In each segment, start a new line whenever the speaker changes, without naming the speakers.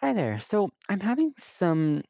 Hi there. So I'm having some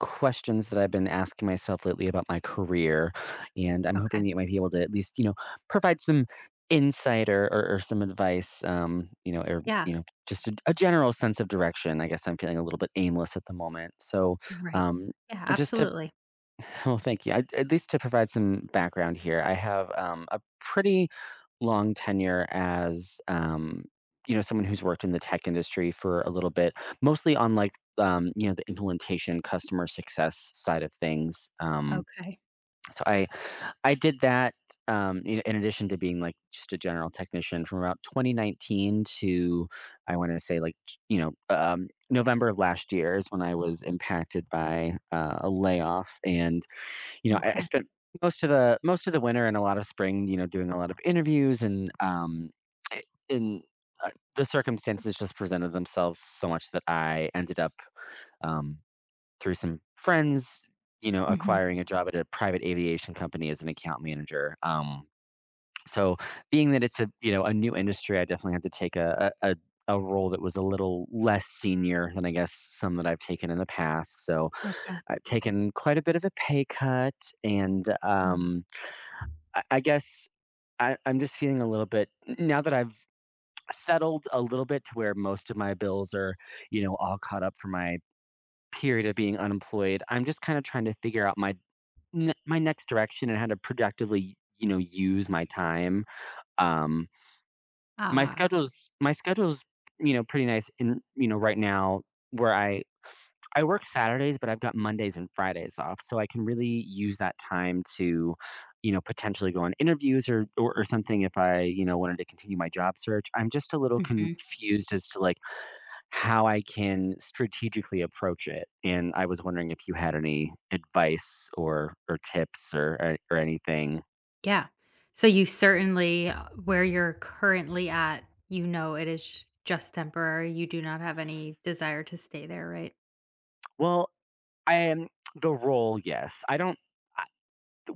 questions that I've been asking myself lately about my career, and I'm hoping
Okay.
that you might be able to at least, you know, provide some insight or some advice,
Yeah.
just a general sense of direction. I guess I'm feeling a little bit aimless at the moment. So
Right.
um,
Yeah,
just to
absolutely.
well, thank you. I, at least to provide some background here, I have a pretty long tenure as you know someone who's worked in the tech industry for a little bit, mostly on like you know the implementation, customer success side of things. Um,
Okay.
so I I did that in addition to being like just a general technician from about 2019 to I want to say like you know November of last year is when I was impacted by a layoff and you know, I
Okay.
spent most of the winter and a lot of spring, you know, doing a lot of interviews and I- in uh, the circumstances just presented themselves so much that I ended up um, through some friends, you know,
Mhm.
acquiring a job at a private aviation company as an account manager. So being that it's a, you know, a new industry, I definitely had to take a role that was a little less senior than I guess some that I've taken in the past. So
Okay.
I've taken quite a bit of a pay cut and
Mhm.
um I, I guess I'm just feeling a little bit now that I've settled a little bit to where most of my bills are, you know, all caught up for my period of being unemployed. I'm just kind of trying to figure out my my next direction and how to productively, you know, use my time. Um My
Ah.
schedule's my schedule's, you know, pretty nice in you know, right now where I work Saturdays, but I've got Mondays and Fridays off, so I can really use that time to, you know, potentially go on interviews or something if I, you know, wanted to continue my job search. I'm just a little
Mhm.
confused as to like how I can strategically approach it, and I was wondering if you had any advice or tips or anything.
Yeah. So you certainly where you're currently at, you know it is just temporary. You do not have any desire to stay there, right?
Well, I am the role, yes. I don't.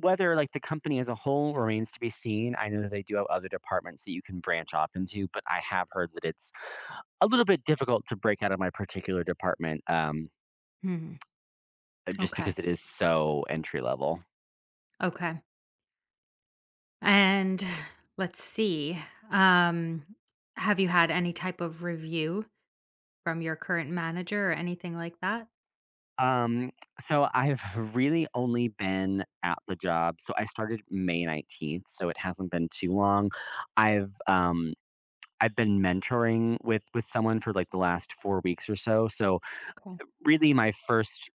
Whether, like, the company as a whole remains to be seen, I know that they do have other departments that you can branch off into, but I have heard that it's a little bit difficult to break out of my particular department,
Mhm.
just
Okay.
because it is so entry level.
Okay. And let's see. Um have you had any type of review from your current manager or anything like that?
Um, so I've really only been at the job so I started May 19th, so it hasn't been too long. I've, um, I've been mentoring with someone for, like, the last 4 weeks or so, so
Okay.
really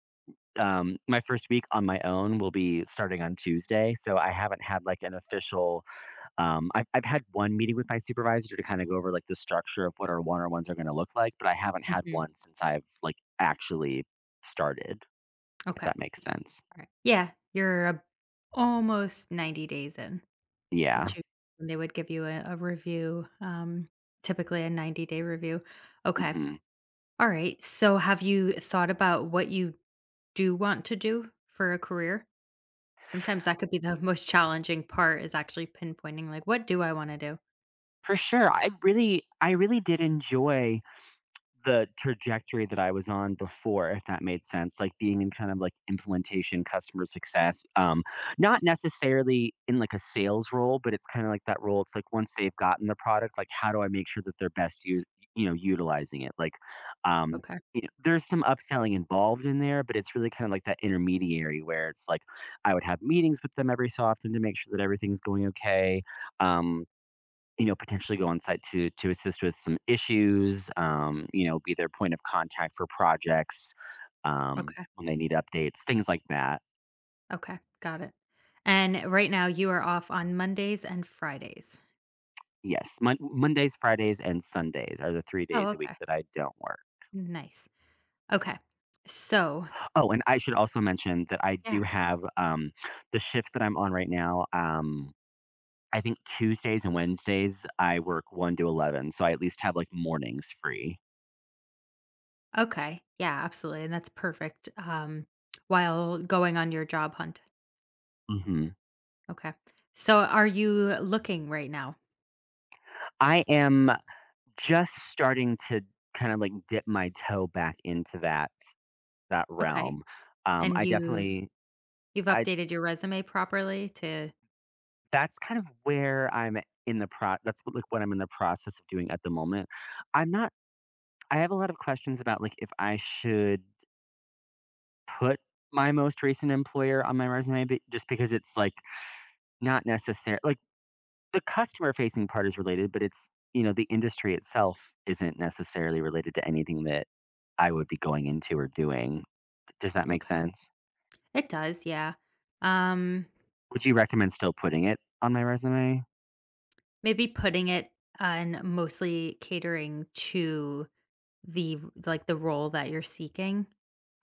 my first week on my own will be starting on Tuesday. So I haven't had like an official, I've had one meeting with my supervisor to kind of go over like the structure of what our one on ones are going to look like, but I haven't had
Mhm.
one since I've like actually started, if
Okay.
that makes sense.
Alright. Yeah, you're ab almost 90 days in that
Yeah.
you when they would give you a review, typically a 90-day review. Okay.
Hmm.
Alright, so have you thought about what you do want to do for a career? Sometimes that could be the most challenging part is actually pinpointing, like, "What do I wanna do?"
For sure. I really did enjoy the trajectory that I was on before, if that made sense, like being in kind of like implementation, customer success, not necessarily in like a sales role, but it's kind of like that role. It's like once they've gotten the product, like how do I make sure that they're best use, you know, utilizing it? Um,
Okay,
you know, there's some upselling involved in there, but it's really kind of like that intermediary where it's like I would have meetings with them every so often to make sure that everything's going okay. Um, you know, potentially go on site to assist with some issues, you know, be their point of contact for projects
okay,
when they need updates, things like that.
okay, got it. And right now, you are off on Mondays and Fridays.
Yes, Mondays, Fridays, and Sundays are the three
Oh,
days a
okay.
week that I don't work.
Nice. Okay. So
Oh, and I should also mention that I
yeah.
do have the shift that I'm on right now. I think Tuesdays and Wednesdays I work 1 to 11, so I at least have like mornings free.
Okay. Yeah, absolutely. And that's perfect. While going on your job hunt.
Hmm.
Okay. So are you looking right now?
I am. Just starting to kind of like dip my toe back into that
Okay.
realm.
And
I definitely
you've
I
updated your resume properly to.
that's kind of where I'm in the pro that's what, like what I'm in the process of doing at the moment. I'm not I have a lot of questions about like if I should put my most recent employer on my resume but just because it's like not necessary like the customer facing part is related, but it's you know, the industry itself isn't necessarily related to anything that I would be going into or doing. Does that make
Okay.
sense?
It does, yeah. Um,
Would you recommend still putting it on my resume?
maybe putting it on mostly catering to the like the role that you're seeking,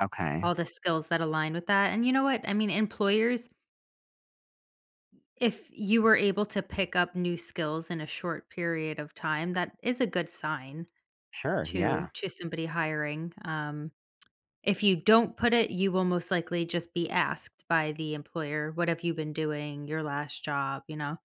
Okay.
all the skills that align with that. And you know what? I mean, employers If you were able to pick up new skills in a short period of time, that is a good sign
Sure. Yeah.
to somebody hiring. If you don't put it, you will most likely just be asked by the employer, "What have you been doing? Your last job?" You know?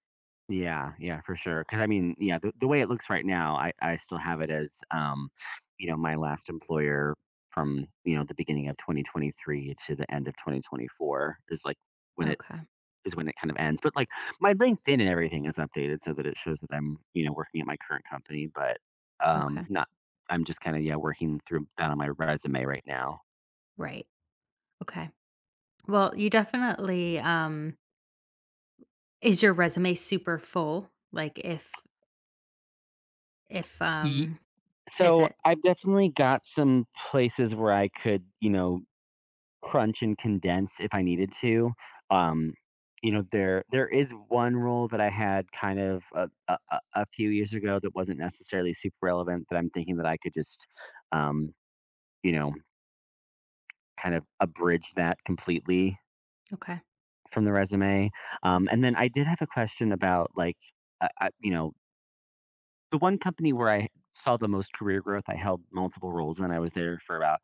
Yeah. Yeah. For sure. Because I mean, yeah, the way it looks right now, I still have it as, you know, my last employer from, you know, the beginning of 2023 to the end of 2024 is like when
Okay.
is when it kind of ends. But like my LinkedIn and everything is updated so that it shows that I'm, you know, working at my current company, but
Okay.
not I'm just kind of yeah, working through that on my resume right now.
Right. Okay. Well, you definitely is your resume super full? If
Ye-
is
So
it?
I've definitely got some places where I could, you know, crunch and condense if I needed to. Um you know there there is one role that I had kind of a few years ago that wasn't necessarily super relevant that I'm thinking that I could just um you know kind of abridge that completely
Okay.
from the resume. And then I did have a question about like, you know, the one company where I saw the most career growth, I held multiple roles and I was there for about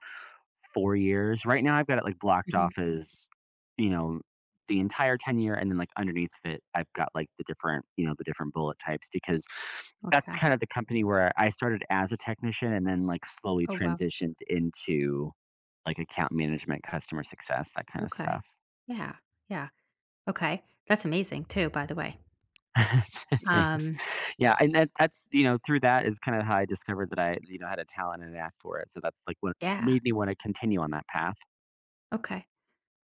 4 years. Right now, I've got it like blocked
Mhm.
off as, you know, the entire tenure, and then like underneath it, I've got like the different, you know, the different bullet types because that's
Okay.
kind of the company where I started as a technician and then like slowly
Oh wow.
transitioned into like account management, customer success, that kind of
Okay.
stuff.
Yeah. Yeah. Okay. That's amazing too, by the way.
Thanks.
Um,
Yeah, and that's you know, through that is kind of how I discovered that I, you know, had a talent and an knack for it, so that's, like, what
yeah.
made me wanna continue on that path.
Okay.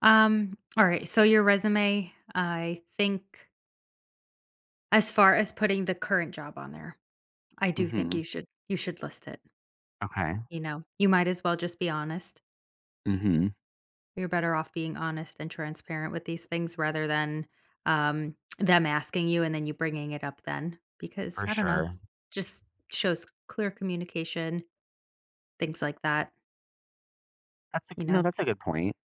All right. So your resume, I think as far as putting the current job on there, I do think
Mhm.
you should list it.
Okay.
You know, you might as well just be honest.
Mhm.
You're better off being honest and transparent with these things rather than them asking you and then you bringing it up then because
For
I don't know,
sure.
just shows clear communication, things like that,
That's a g
you
No,
know.
that's a good point.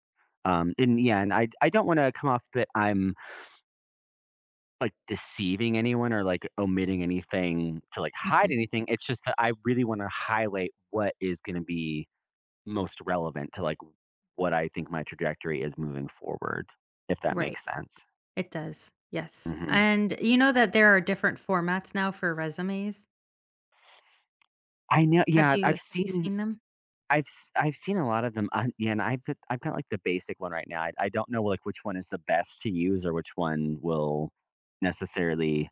And, yeah, and I don't wanna come off that I'm, like, deceiving anyone or, like, omitting anything to, like, hide
Mhm.
anything, it's just that I really wanna highlight what is gonna be most relevant to, like, what I think my trajectory is moving forward, if that
Right.
makes sense.
It does, yes,
Mhm.
and you know that there are different formats now for resumes?
I know yeah,
Have you seen them?
I've seen a lot of them on yeah, and I've got, like, the basic one right now. I don't know, like, which one is the best to use or which one will necessarily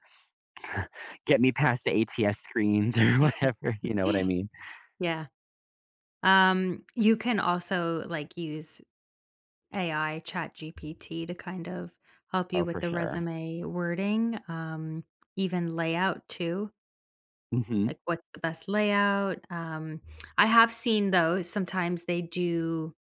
get me past the ATS screens or whatever, you know what I mean?
Yeah, you can also, like, use AI, Chat GPT, to kind of help you
Oh,
with
for
the
sure.
resume wording, even layout too,
Mhm.
like, what's the best layout. Um, I have seen, though, sometimes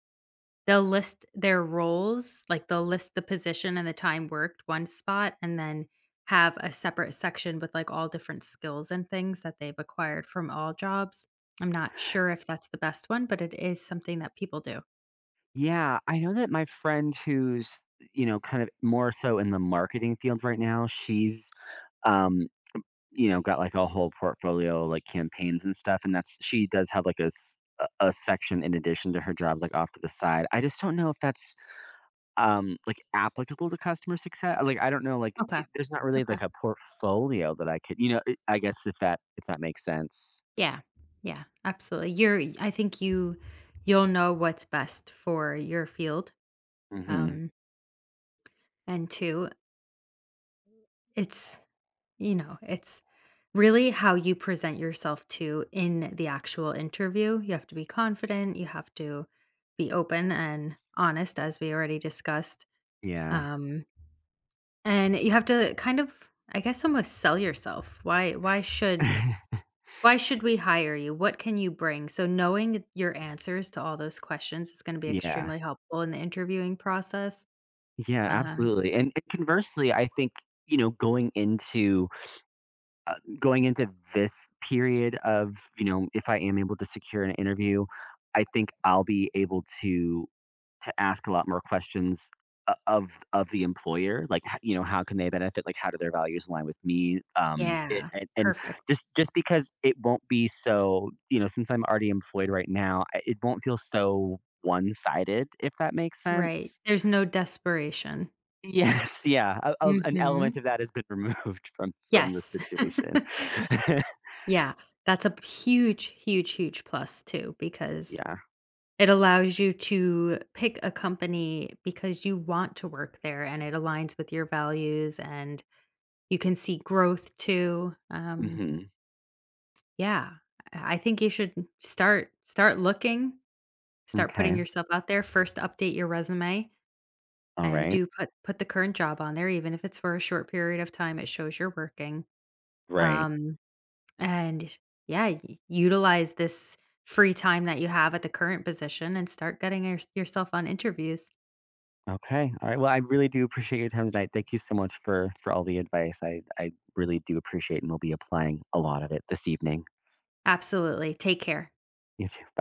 they'll list their roles, like, they'll list the position and the time worked, one spot, and then have a separate section with, like, all different skills and things that they've acquired from all jobs. I'm not sure if that's the best one, but it is something that people do.
Yeah, I know that my friend who's, you know, kind of more so in the marketing field right now, um you know, got like a whole portfolio, like campaigns and stuff, and that's she does have like a s- a section in addition to her jobs, like off to the side. I just don't know if that's like applicable to customer success. Like I don't know, like
Okay,
it, there's not really
okay.
like a portfolio that I could, you know. I guess if that makes sense.
Yeah, yeah, absolutely. You're I think you'll know what's best for your field,
Hmm.
um, and two, it's you know, it's really how you present yourself to in the actual interview. You have to be confident, you have to be open and honest, as we already discussed.
Yeah.
Um, and you have to kind of, I guess, almost sell yourself. Why should we hire you? What can you bring? So knowing your answers to all those questions is going to be
Yeah.
extremely helpful in the interviewing process.
Yeah.
Uh,
Absolutely. And conversely, I think you know going into this period of you know if I am able to secure an interview I think I'll be able to ask a lot more questions of the employer like you know how can they benefit like how do their values align with me um it,
yeah,
and, and
perfect.
just because it won't be so you know since I'm already employed right now it won't feel so one-sided if that makes
Right.
sense
There's no desperation.
yes yeah an
Hmm.
element of that has been removed from the
Yes.
situation
Yeah, that's a huge, huge, huge plus too, because
yeah.
it allows you to pick a company because you want to work there and it aligns with your values and you can see growth too.
Mhm.
Yeah, I think you should start looking, start putting
Okay.
yourself out there. First, update your resume
All
and
right.
do put the current job on there, even if it's for a short period of time, it shows you're working.
Right.
Um, and yeah, utilize this free time that you have at the current position and start getting yourself on interviews.
Okay. All right. Well, I really do appreciate your time tonight. Thank you so much for all the advice. I really do appreciate and will be applying a lot of it this evening.
Absolutely. Take care.
You too. Bye.